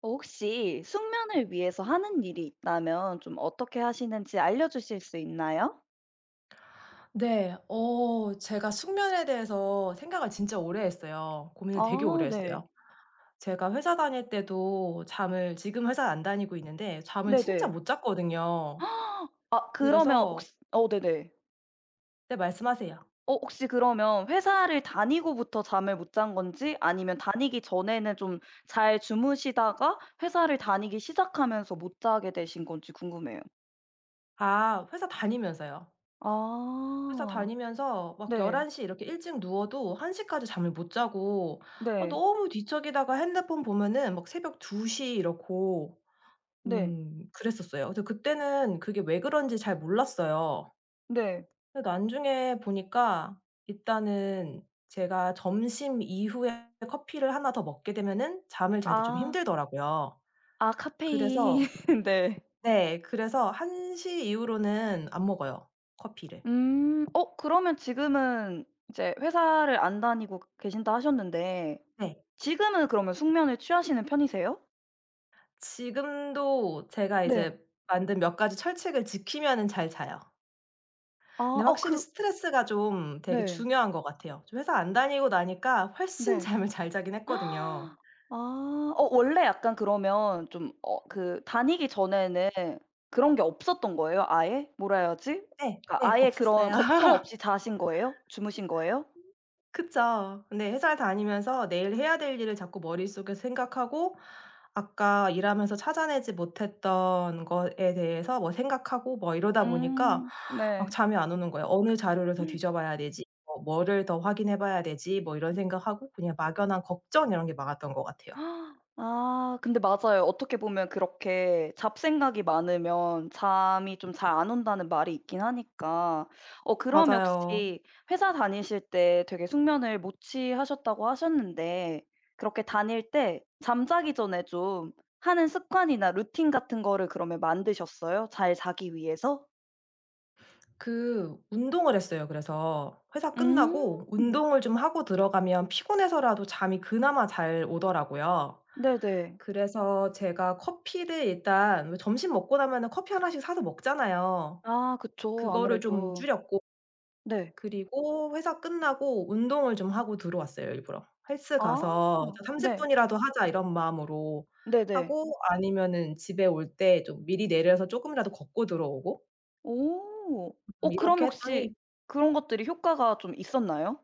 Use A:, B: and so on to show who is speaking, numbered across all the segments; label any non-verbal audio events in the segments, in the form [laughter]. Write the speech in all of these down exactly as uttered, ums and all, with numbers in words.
A: 어 혹시 숙면을 위해서 하는 일이 있다면 좀 어떻게 하시는지 알려주실 수 있나요?
B: 네. 어 제가 숙면에 대해서 생각을 진짜 오래 했어요. 고민을 되게
A: 아,
B: 오래
A: 네.
B: 했어요. 제가 회사 다닐 때도 잠을, 지금 회사 안 다니고 있는데, 잠을 진짜
A: 네네.
B: 못 잤거든요.
A: [gasps] 아, 그러면
B: 그래서.
A: 혹시, 어 네네.
B: 네, 말씀하세요.
A: 어 혹시 그러면 회사를 다니고부터 잠을 못 잔 건지 아니면 다니기 전에는 좀 잘 주무시다가 회사를 다니기 시작하면서 못 자게 되신 건지 궁금해요.
B: 아, 회사 다니면서요. 회사
A: 아.
B: 다니면서 막 1
A: 네.
B: 1시 이렇게 일찍 누워도 1 시까지 잠을 못 자고, 아
A: 네.
B: 너무 뒤척이다가 핸드폰 보면은 막 새벽 두 시 이렇고,
A: 네.
B: 음 그랬었어요. 근데 그때는 그게 왜 그런지 잘 몰랐어요.
A: 네.
B: 근데 나중에 보니까 일단은 제가 점심 이후에 커피를 하나 더 먹게 되면은 잠을 잘 때 좀
A: 아.
B: 힘들더라고요.
A: 아, 카페인.
B: 그래서.
A: [laughs] 네.
B: 네. 그래서 한 시 이후로는 안 먹어요, 커피를.
A: 음. 어 그러면 지금은 이제 회사를 안 다니고 계신다 하셨는데,
B: 네.
A: 지금은 그러면 숙면을 취하시는 편이세요?
B: 지금도 제가
A: 네.
B: 이제 만든 몇 가지 철책을 지키면은 잘 자요.
A: 아.
B: 근데
A: 어 그
B: 확실히 스트레스가 좀 되게
A: 네.
B: 중요한 것 같아요. 좀 회사 안 다니고 나니까 훨씬 [laughs]
A: 네.
B: 잠을 잘 자긴
A: [gasps]
B: 했거든요.
A: 아. 어 원래 약간, 그러면 좀, 어 그 다니기 전에는 그런 게 없었던 거예요, 아예? 뭐라 해야지?
B: 네.
A: 그러니까
B: 네.
A: 아예 그런
B: 없었어요.
A: 걱정 없이 자신 거예요? 주무신 거예요?
B: 그쵸. 근데 회사를 다니면서 내일 해야 될 일을 자꾸 머릿속에 생각하고 아까 일하면서 찾아내지 못했던 것에 대해서 뭐 생각하고 뭐 이러다 보니까
A: 음.
B: 막
A: 네.
B: 잠이 안 오는 거예요. '어느 자료를 더 뒤져 봐야 되지? 뭐 뭐를 더 확인해 봐야 되지?' 뭐 이런 생각하고 그냥 막연한 걱정 이런 게 많았던 것 같아요.
A: 아 아, 근데 맞아요. 어떻게 보면 그렇게 잡생각이 많으면 잠이 좀 잘 안 온다는 말이 있긴 하니까. 어 그러면
B: 맞아요.
A: 혹시 회사 다니실 때 되게 숙면을 못 취하셨다고 하셨는데, 그렇게 다닐 때 잠자기 전에 좀 하는 습관이나 루틴 같은 거를 그러면 만드셨어요? 잘 자기 위해서?
B: 그 운동을 했어요. 그래서 회사 끝나고
A: 음.
B: 운동을 좀 하고 들어가면 피곤해서라도 잠이 그나마 잘 오더라고요.
A: 네네.
B: 그래서 제가 커피를 일단 왜 점심 먹고 나면은 커피 하나씩 사서 먹잖아요.
A: 아, 그쵸.
B: 그거를 좀
A: 아무래도.
B: 줄였고
A: 네.
B: 그리고 회사 끝나고 운동을 좀 하고 들어왔어요 일부러. 헬스
A: 아.
B: 가서 '30
A: 네.
B: 분이라도 하자.' 이런 마음으로
A: 네네.
B: 하고 아니면은 집에 올 때 좀 미리 내려서 조금이라도 걷고 들어오고
A: 오.
B: 음
A: 어 그럼
B: 이렇게 했더니
A: 혹시 그런 것들이 효과가 좀 있었나요?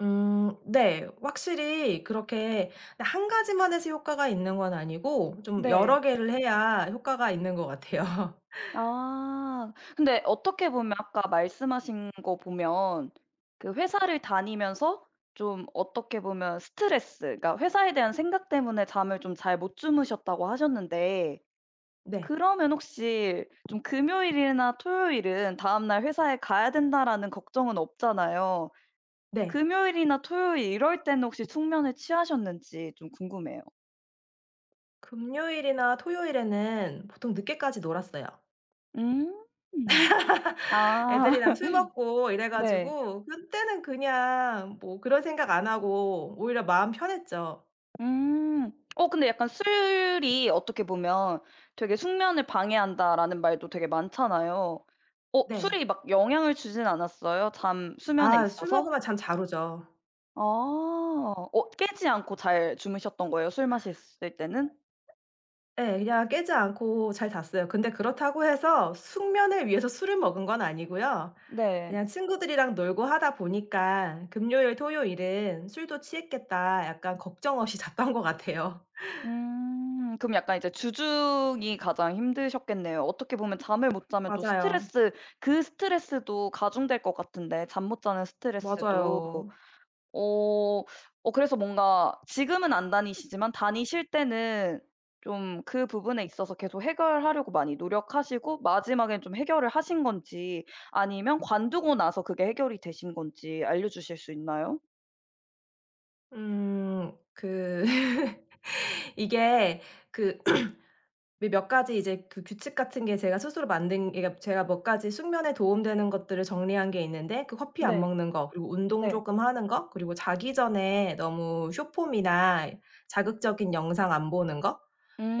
B: 음 네, 확실히 그렇게 한 가지만 해서 효과가 있는 건 아니고 좀 여러
A: 네.
B: 개를 해야 효과가 있는 것 같아요. [laughs]
A: 아. 근데 어떻게 보면 아까 말씀하신 거 보면, 그 회사를 다니면서 좀, 어떻게 보면 스트레스, 그러니까 회사에 대한 생각 때문에 잠을 좀 잘 못 주무셨다고 하셨는데,
B: 네.
A: 그러면 혹시 좀 금요일이나 토요일은 '다음 날 회사에 가야 된다.'라는 걱정은 없잖아요.
B: 네.
A: 금요일이나 토요일 이럴 때는 혹시 숙면을 취하셨는지 좀 궁금해요.
B: 금요일이나 토요일에는 보통 늦게까지 놀았어요.
A: 음. 아.
B: 애들이랑
A: [laughs]
B: 술 먹고 이래
A: 네.
B: 가지고 그때는 그냥 뭐 그런 생각 안 하고 오히려 마음 편했죠.
A: 음. 어 근데 약간 "술이 어떻게 보면 되게 숙면을 방해한다."라는 말도 되게 많잖아요. 어
B: 네.
A: 술이 막 영향을 주진 않았어요? 잠, 수면에
B: 아 술
A: 있어서?
B: 먹으면 잠 잘 오죠.
A: 아. 어 깨지 않고 잘 주무셨던 거예요? 술 마셨을 때는?
B: 예. 그냥 깨지 않고 잘 잤어요. 근데 그렇다고 해서 숙면을 위해서 술을 먹은 건 아니고요.
A: 네.
B: 그냥 친구들이랑 놀고 하다 보니까 '금요일 토요일은 술도 취했겠다.' 약간 걱정 없이 [laughs] 잤던 것 같아요.
A: 음. 그럼 약간 이제 주중이 가장 힘드셨겠네요. 어떻게 보면 잠을 못 자면 또
B: 맞아요.
A: 스트레스, 그 스트레스도 가중될 것 같은데, 잠 못 자는 스트레스도.
B: 맞아요.
A: 어. 어 그래서 뭔가 지금은 안 다니시지만 다니실 때는 좀 그 부분에 있어서 계속 해결하려고 많이 노력하시고 마지막엔 좀 해결을 하신 건지, 아니면 관두고 나서 그게 해결이 되신 건지 알려주실 수 있나요?
B: 음 그 [laughs] 이게 그 [clears throat] 몇 가지 이제 그 규칙 같은 게 제가 스스로 만든, 그러니까 제가 몇 가지 숙면에 도움되는 것들을 정리한 게 있는데, 그 커피 안
A: 네.
B: 먹는 거, 그리고 운동
A: 네.
B: 조금 하는 거, 그리고 자기 전에 너무 쇼폼이나 자극적인 영상 안 보는 거,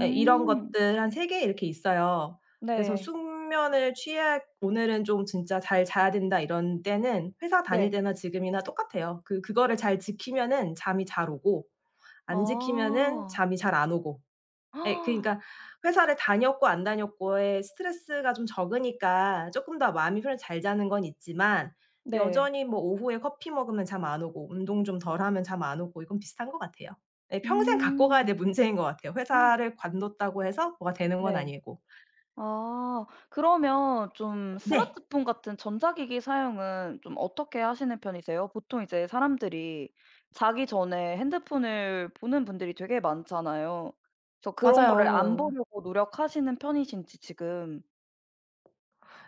B: 예 이런 것들 한 세 개 이렇게 있어요. 그래서
A: 네.
B: 숙면을 취해, 오늘은 좀 진짜 '잘 자야 된다.' 이런 때는 회사 다닐
A: 네.
B: 때나 지금이나 똑같아요. 그 그거를 잘 지키면은 잠이 잘 오고 안 지키면은
A: 아.
B: 잠이 잘 안 오고 예 그러니까
A: [gasps]
B: 회사를 다녔고 안 다녔고의 스트레스가 좀 적으니까 쪼끔 더 마음이 편해서 잘 자는 건 있지만
A: 네.
B: 여전히 뭐 오후에 커피 먹으면 잠 안 오고 운동 좀 덜 하면 잠 안 오고 이건 비슷한 것 같아요. 예 평생 갖고 가야 될
A: 음.
B: 문제인 것 같아요. 회사를 관뒀다고 해서 뭐가 되는 건
A: 네.
B: 아니고.
A: 아. 그러면 좀
B: 네.
A: 스마트폰 같은 전자기기 사용은 좀 어떻게 하시는 편이세요? 보통 이제 사람들이 자기 전에 핸드폰을 보는 분들이 되게 많잖아요. 그래서 그런 거를 안
B: 맞아요.
A: 보려고 노력하시는 편이신지 지금.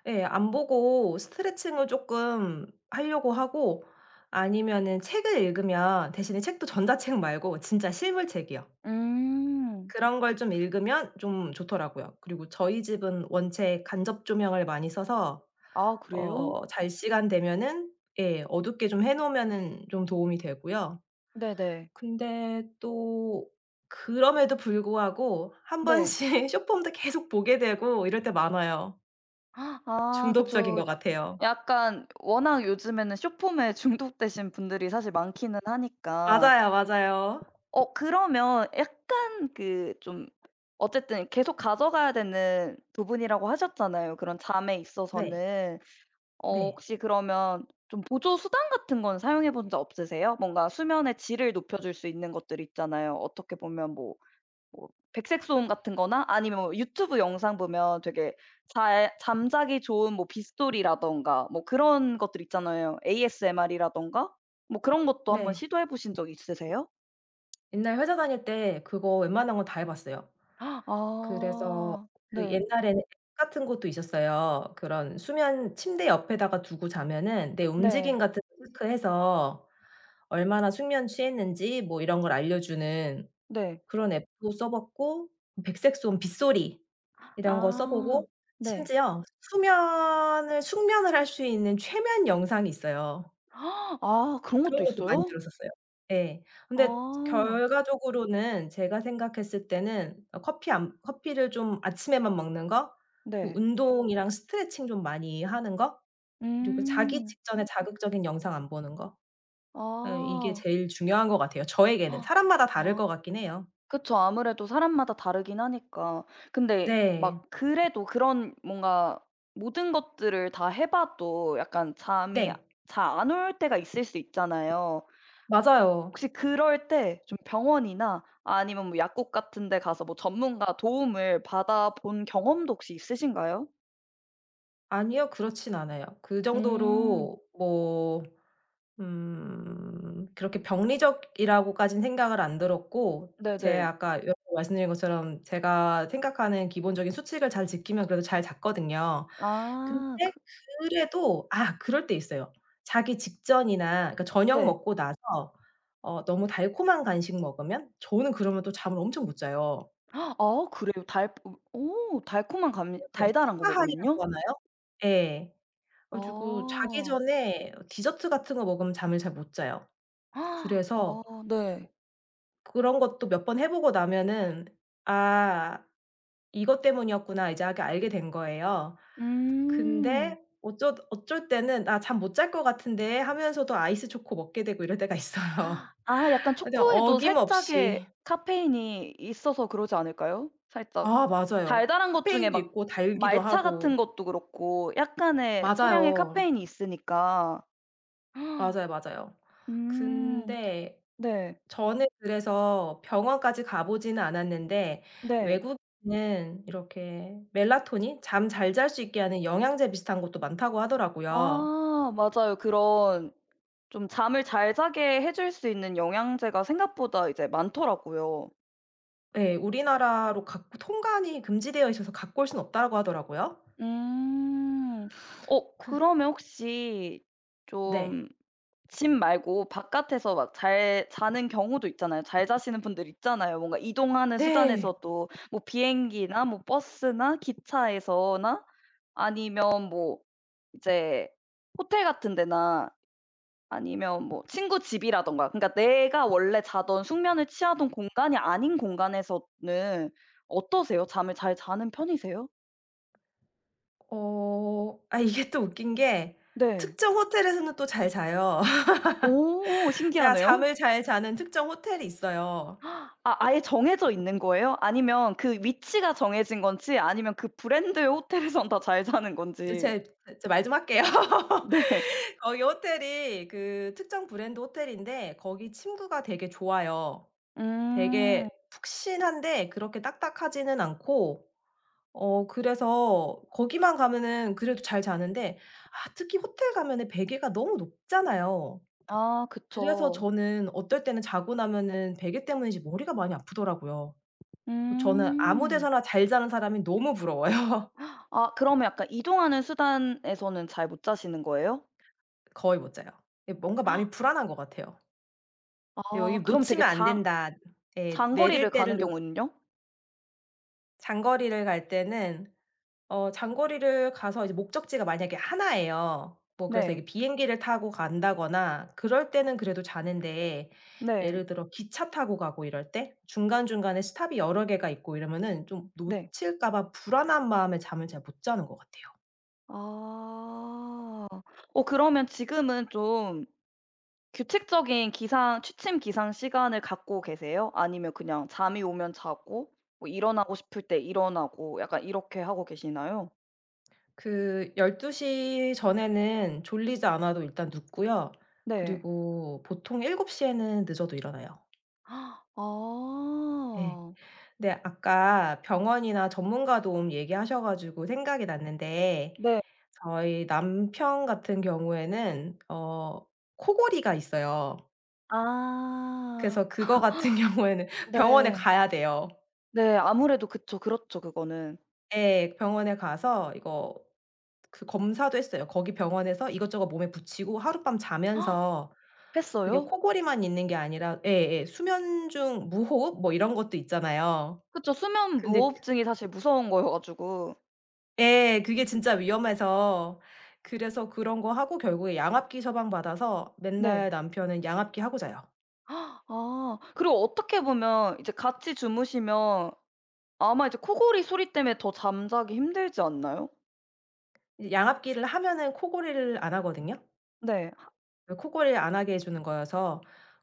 B: 예. 안 보고 스트레칭을 쪼끔 하려고 하고 아니면은 책을 읽으면, 대신에 책도 전자책 말고 진짜 실물책이요.
A: 음.
B: 그런 걸 좀 읽으면 좀 좋더라고요. 그리고 저희 집은 원체 간접 조명을 많이 써서
A: 아, 그래요?
B: 어 잘 시간 되면은 예 어둡게 좀 해 놓으면은 좀 도움이 되고요.
A: 네네.
B: 근데 또 그럼에도 불구하고 한
A: 네.
B: 번씩 [laughs] 쇼폼도 계속 보게 되고 이럴 때 많아요.
A: 아,
B: 중독적인
A: 그쵸.
B: 것
A: 야,
B: 같아요.
A: 약간 워낙 요즘에는 쇼폼에 [laughs] 중독되신 분들이 사실 많기는 하니까.
B: 맞아요, 맞아요.
A: 어 그러면 약간 그, 좀, 어쨌든 계속 가져가야 되는 부분이라고 하셨잖아요, 그런 잠에
B: 네.
A: 있어서는. 어
B: 네.
A: 혹시 그러면 좀 보조 수단 같은 건 사용해 본 적 없으세요? 뭔가 수면의 질을 높여 줄 수 있는 것들 있잖아요. 어떻게 보면 뭐, 뭐 백색 소음 같은 거나 아니면 뭐 유튜브 영상 보면 되게 잘 잠자기 좋은 뭐 빗소리라든가 뭐 그런 것들 있잖아요. 에이에스엠알이라든가 뭐 그런 것도 한번
B: 네.
A: 시도해 보신 적 있으세요?
B: 옛날 회사 다닐 때 그거 웬만한 건 다 해 봤어요. 그래서
A: 아.
B: 그
A: 네.
B: 옛날에는 앱 같은 것도 있었어요. 그런 수면, 침대 옆에다가 두고 자면은 내 움직임
A: 네.
B: 같은 거 체크해서 얼마나 숙면 취했는지 뭐 이런 걸 알려주는
A: 네.
B: 그런 앱도 써 봤고 백색소음, 빗소리 이런 거 써
A: 아.
B: 보고
A: 네.
B: 심지어 수면을, 숙면을 할 수 있는 최면 영상이 있어요.
A: 아, 그런 것도
B: 그런 것도 많이
A: 있어요?
B: 들었었어요. 예. 근데
A: 아.
B: 결과적으로는 제가 생각했을 때는 어 커피 안 커피를 좀 아침에만 먹는 거, 그
A: 네.
B: 운동이랑 스트레칭 좀 많이 하는 거, 그리고 자기
A: 음.
B: 직전에 자극적인 영상 안 보는 거. 예 이게
A: 아.
B: 제일 중요한 것 같아요, 저에게는. 사람마다 다를
A: 아.
B: 것 같긴 해요.
A: 그쵸. 아무래도 사람마다 다르긴 하니까. 근데
B: 네.
A: 막 그래도 그런 뭔가 모든 것들을 다 해 봐도 약간 잠이
B: 네.
A: 잘 안 올 때가 있을 수 있잖아요.
B: 맞아요.
A: 혹시 그럴 때 좀 병원이나 아니면 뭐 약국 같은 데 가서 뭐 전문가 도움을 받아본 경험도 혹시 있으신가요?
B: 아니요. 그렇진 않아요. 그
A: 음.
B: 정도로 뭐. 음. 그렇게 병리적이라고까진 생각을 안 들었고 제
A: 네네.
B: 아까 여러 번 말씀드린 것처럼 제가 생각하는 기본적인 수칙을 잘 지키면 그래도 잘 잤거든요.
A: 아
B: 근데
A: 그.
B: 그래도 아 그럴 때 있어요. 자기 직전이나 그러니까 저녁
A: 네.
B: 먹고 나서 어 너무 달콤한 간식 먹으면 저는 그러면 또 잠을 엄청 못 자요.
A: 아, 그래요? 달 오, 달콤한 감,
B: 약간
A: 달달한 거
B: 슈가 하이라고
A: 먹으면요?
B: 하나요? 예. 그래 가지고 자기
A: 아.
B: 전에 디저트 같은 거 먹으면 잠을 잘 못 자요.
A: 아.
B: 그래서
A: 네.
B: 그런 것도 몇 번 해 보고 나면은 '아 이것 때문이었구나.' 이제 하게 알게 된 거예요.
A: 음.
B: 근데 어쩌 어쩔 때는 '아 잠 못 잘 것 같은데.' 하면서도 아이스 초코 먹게 되고 이럴 때가 있어요.
A: 아, 약간
B: [laughs] 그냥
A: 초코에도
B: 어김없이
A: 살짝의 카페인이 있어서 그러지 않을까요? 살짝
B: 아, 맞아요.
A: 달달한 것 중에
B: 카페인도
A: 막
B: 있고 달기도
A: 말차 같은
B: 하고.
A: 것도 그렇고 약간의 소량의
B: 맞아요.
A: 카페인이 있으니까.
B: 맞아요, 맞아요.
A: 음.
B: 근데
A: 네.
B: 저는 그래서 병원까지 가 보지는 않았는데
A: 네.
B: 외국에는 이렇게 멜라토닌 잠 잘 잘 수 있게 하는 영양제 비슷한 것도 많다고 하더라고요.
A: 아, 맞아요. 그런, 좀 잠을 잘 자게 해줄 수 있는 영양제가 생각보다 이제 많더라고요.
B: 예. 우리나라로 갖고 통관이 금지되어 있어서 갖고 올 수는 없다고 하더라고요.
A: 음. 어
B: 그래서.
A: 그러면 혹시
B: 네.
A: 좀 집 말고 바깥에서 막 잘 자는 경우도 있잖아요. 잘 자시는 분들 있잖아요. 뭔가 이동하는
B: 네.
A: 수단에서도 뭐 비행기나 뭐 버스나 기차에서나, 아니면 뭐 이제 호텔 같은 데나 아니면 뭐 친구 집이라든가, 그러니까 내가 원래 자던 숙면을 취하던 공간이 아닌 공간에서는 어떠세요? 잠을 잘 자는 편이세요?
B: 어 아 이게 또 웃긴 게
A: 네.
B: 특정 호텔에서는 또 잘 자요. [laughs]
A: 오,
B: 제가
A: 신기하네요.
B: 잠을 잘 자는 특정 호텔이 있어요.
A: 아, 아예 정해져 있는 거예요? 아니면 그 위치가 정해진 건지, 아니면 그 브랜드의 호텔에선 다 잘 자는
B: 그
A: 건지.
B: 제 제 말 좀 할게요. [laughs]
A: 네.
B: 거기 호텔이 그 특정 브랜드 호텔인데 거기 침구가 되게 좋아요.
A: 음.
B: 되게 푹신한데 그렇게 딱딱하지는 않고 어 그래서 거기만 가면은 그래도 잘 자는데 아 특히 호텔 가면은 베개가 너무 높잖아요.
A: 아,
B: 그래서
A: 그쵸.
B: 저는 어떨 때는 자고 나면은 베개 때문인지 머리가 많이 아프더라고요. 저는 아무
A: 음.
B: 데서나 잘 자는 사람이 너무 부러워요.
A: 아, 그러면 약간 이동하는 수단에서는 잘 못 자시는 거예요?
B: [laughs] 거의 못 자요. 예 뭔가 마음이 불안한 것 같아요. '여기
A: 아, 그럼 되게
B: 놓치면 안
A: 장,
B: 된다. 예.
A: 장거리를
B: 내릴 때를
A: 가는
B: 놓.'
A: 경우는요?
B: 장거리를 갈 때는 어 장거리를 가서 이제 목적지가 만약에 하나예요. 뭐 그래서
A: 네.
B: 이게 비행기를 타고 간다거나 그럴 때는 그래도 자는데
A: 네.
B: 예를 들어 기차 타고 가고 이럴 때 중간중간에 스탑이 여러 개가 있고 이러면은 좀
A: 네.
B: 놓칠까 봐 불안한 마음에 잠을 잘 못 자는 것 같아요.
A: 아. 어 그러면 지금은 좀 규칙적인 기상, 취침, 기상 시간을 갖고 계세요? 아니면 그냥 잠이 오면 자고 뭐 일어나고 싶을 때 일어나고 약간 이렇게 하고 계시나요?
B: 그 열두 시 전에는 졸리지 않아도 일단 눕고요.
A: 네.
B: 그리고 보통 일곱 시 에는 늦어도 일어나요.
A: 아.
B: 네. 네. 아까 병원이나 전문가 도움 얘기하셔 가지고 생각이 났는데
A: 네.
B: 저희 남편 같은 경우에는 어 코골이가 있어요.
A: 아.
B: 그래서 그거 같은 [laughs] 경우에는 병원에
A: 네.
B: 가야 돼요.
A: 네. 아무래도 그쵸. 그렇죠, 그거는.
B: 예. 병원에 가서 이거 그 검사도 했어요. 거기 병원에서 이것저것 몸에 붙이고 하룻밤
A: 헉,
B: 자면서 그게
A: 했어요?
B: 코골이만 있는 게 아니라 예예 수면 중 무호흡 뭐 이런 것도 있잖아요.
A: 그쵸. 수면
B: 근데
A: 무호흡증이 사실 무서운 거여 가지고.
B: 예. 그게 진짜 위험해서 그래서 그런 거 하고 결국에 양압기 처방 받아서 맨날
A: 네.
B: 남편은 양압기 하고 자요.
A: 아. 그리고 어떻게 보면 이제 같이 주무시면 아마 이제 코골이 소리 때문에 더 잠자기 힘들지 않나요?
B: 이 양압기를 하면은 코골이를 안 하거든요.
A: 네.
B: 그 코골이를 안 하게 해 주는 거여서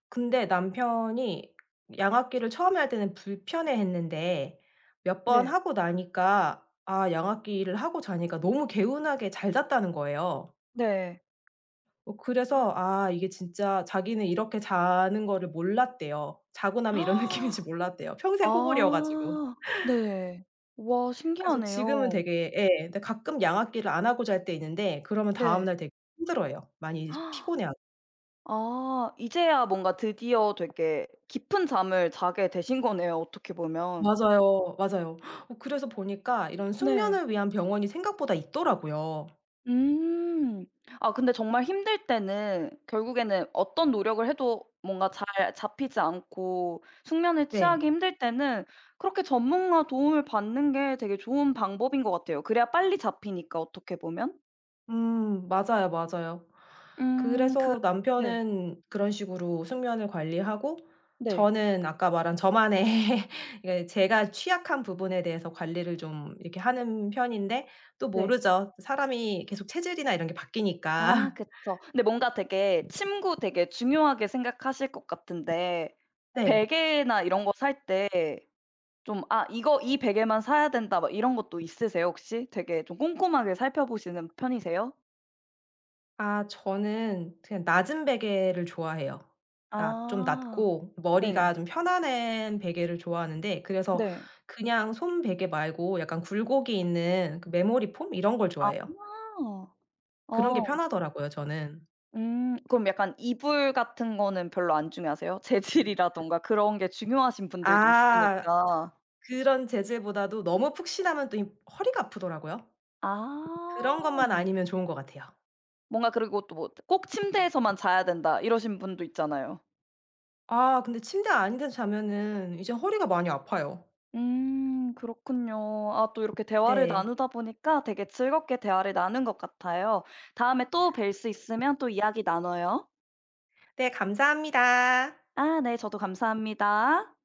B: 근데 남편이 양압기를 처음에 할 때는 불편해했는데 몇 번
A: 네.
B: 하고 나니까 아 양압기를 하고 자니까 너무 개운하게 잘 잤다는 거예요.
A: 네.
B: 어 그래서
A: [gasps]
B: 아 이게 진짜 자기는 이렇게 자는 거를 몰랐대요. 자고 나면 이런 [laughs] 느낌인지 몰랐대요. 평생 코골이여 가지고.
A: 아. 네. 와,
B: 그래서 지금은
A: 신기하네요.
B: 되게 예 근데 가끔 양악기를 안 하고 잘 때 있는데 그러면
A: 네.
B: 다음날 되게 힘들어해요. 많이
A: [gasps]
B: 피곤해하고.
A: 아, 이제야 뭔가 드디어 되게 깊은 잠을 자게 되신 거네요, 어떻게 보면.
B: 맞아요. 맞아요. 어 그래서 보니까 이런
A: 네.
B: 숙면을 위한 병원이 생각보다 있더라고요.
A: 음. 아, 근데 정말 힘들 때는 결국에는 어떤 노력을 해도 뭔가 잘 잡히지 않고 숙면을 취하기
B: 네.
A: 힘들 때는 그렇게 전문가 도움을 받는 게 되게 좋은 방법인 것 같아요. 그래야 빨리 잡히니까 어떻게 보면.
B: 음 맞아요, 맞아요.
A: 음 그.
B: 그래서
A: 네.
B: 남편은 그런 식으로 숙면을 관리하고
A: 네.
B: 저는 아까 말한 저만의 [laughs] 이게 제가 취약한 부분에 대해서 관리를 좀 이렇게 하는 편인데 또
A: 네.
B: 모르죠. 사람이 계속 체질이나 이런 게
A: 아,
B: 바뀌니까. [laughs]
A: 그쵸. 근데 뭔가 되게 침구 되게 중요하게 생각하실 것 같은데,
B: 네.
A: 베개나 이런 거 살 때 좀 '아, 이거 이 베개만 사야 된다.' 막 이런 것도 있으세요, 혹시? 되게 좀 꼼꼼하게 살펴보시는 편이세요?
B: 아 저는 그냥 낮은 베개를 좋아해요. 낮 좀
A: 아.
B: 낮고
A: 네.
B: 머리가 좀 편안한 베개를 좋아하는데 그래서
A: 네.
B: 그냥 솜 베개 말고 약간 굴곡이 있는 그 메모리 폼 이런 걸
A: 아.
B: 좋아해요. 그런 게
A: 어.
B: 편하더라고요 저는.
A: 음, 그럼 약간 이불 같은 거는 별로 안 중요하세요? 재질이라든가 그런 게 중요하신 분들도
B: 아,
A: 있으니까.
B: 그런 재질보다도 너무 푹신하면 또 이 허리가 아프더라고요.
A: 아.
B: 그런 것만 아니면 좋은 것 같아요.
A: 뭔가 그리고 또 뭐 꼭 침대에서만 자야 된다 이러신 분도 있잖아요.
B: 아 근데 침대 아닌 데서 자면은 이제 허리가 많이 아파요.
A: 음, 그렇군요. 아, 또 이렇게 대화를
B: 네.
A: 나누다 보니까 되게 즐겁게 대화를 나눈 것 같아요. 다음에 또 뵐 수 있으면 또 이야기 나눠요.
B: 네 감사합니다.
A: 아, 네. 저도 감사합니다.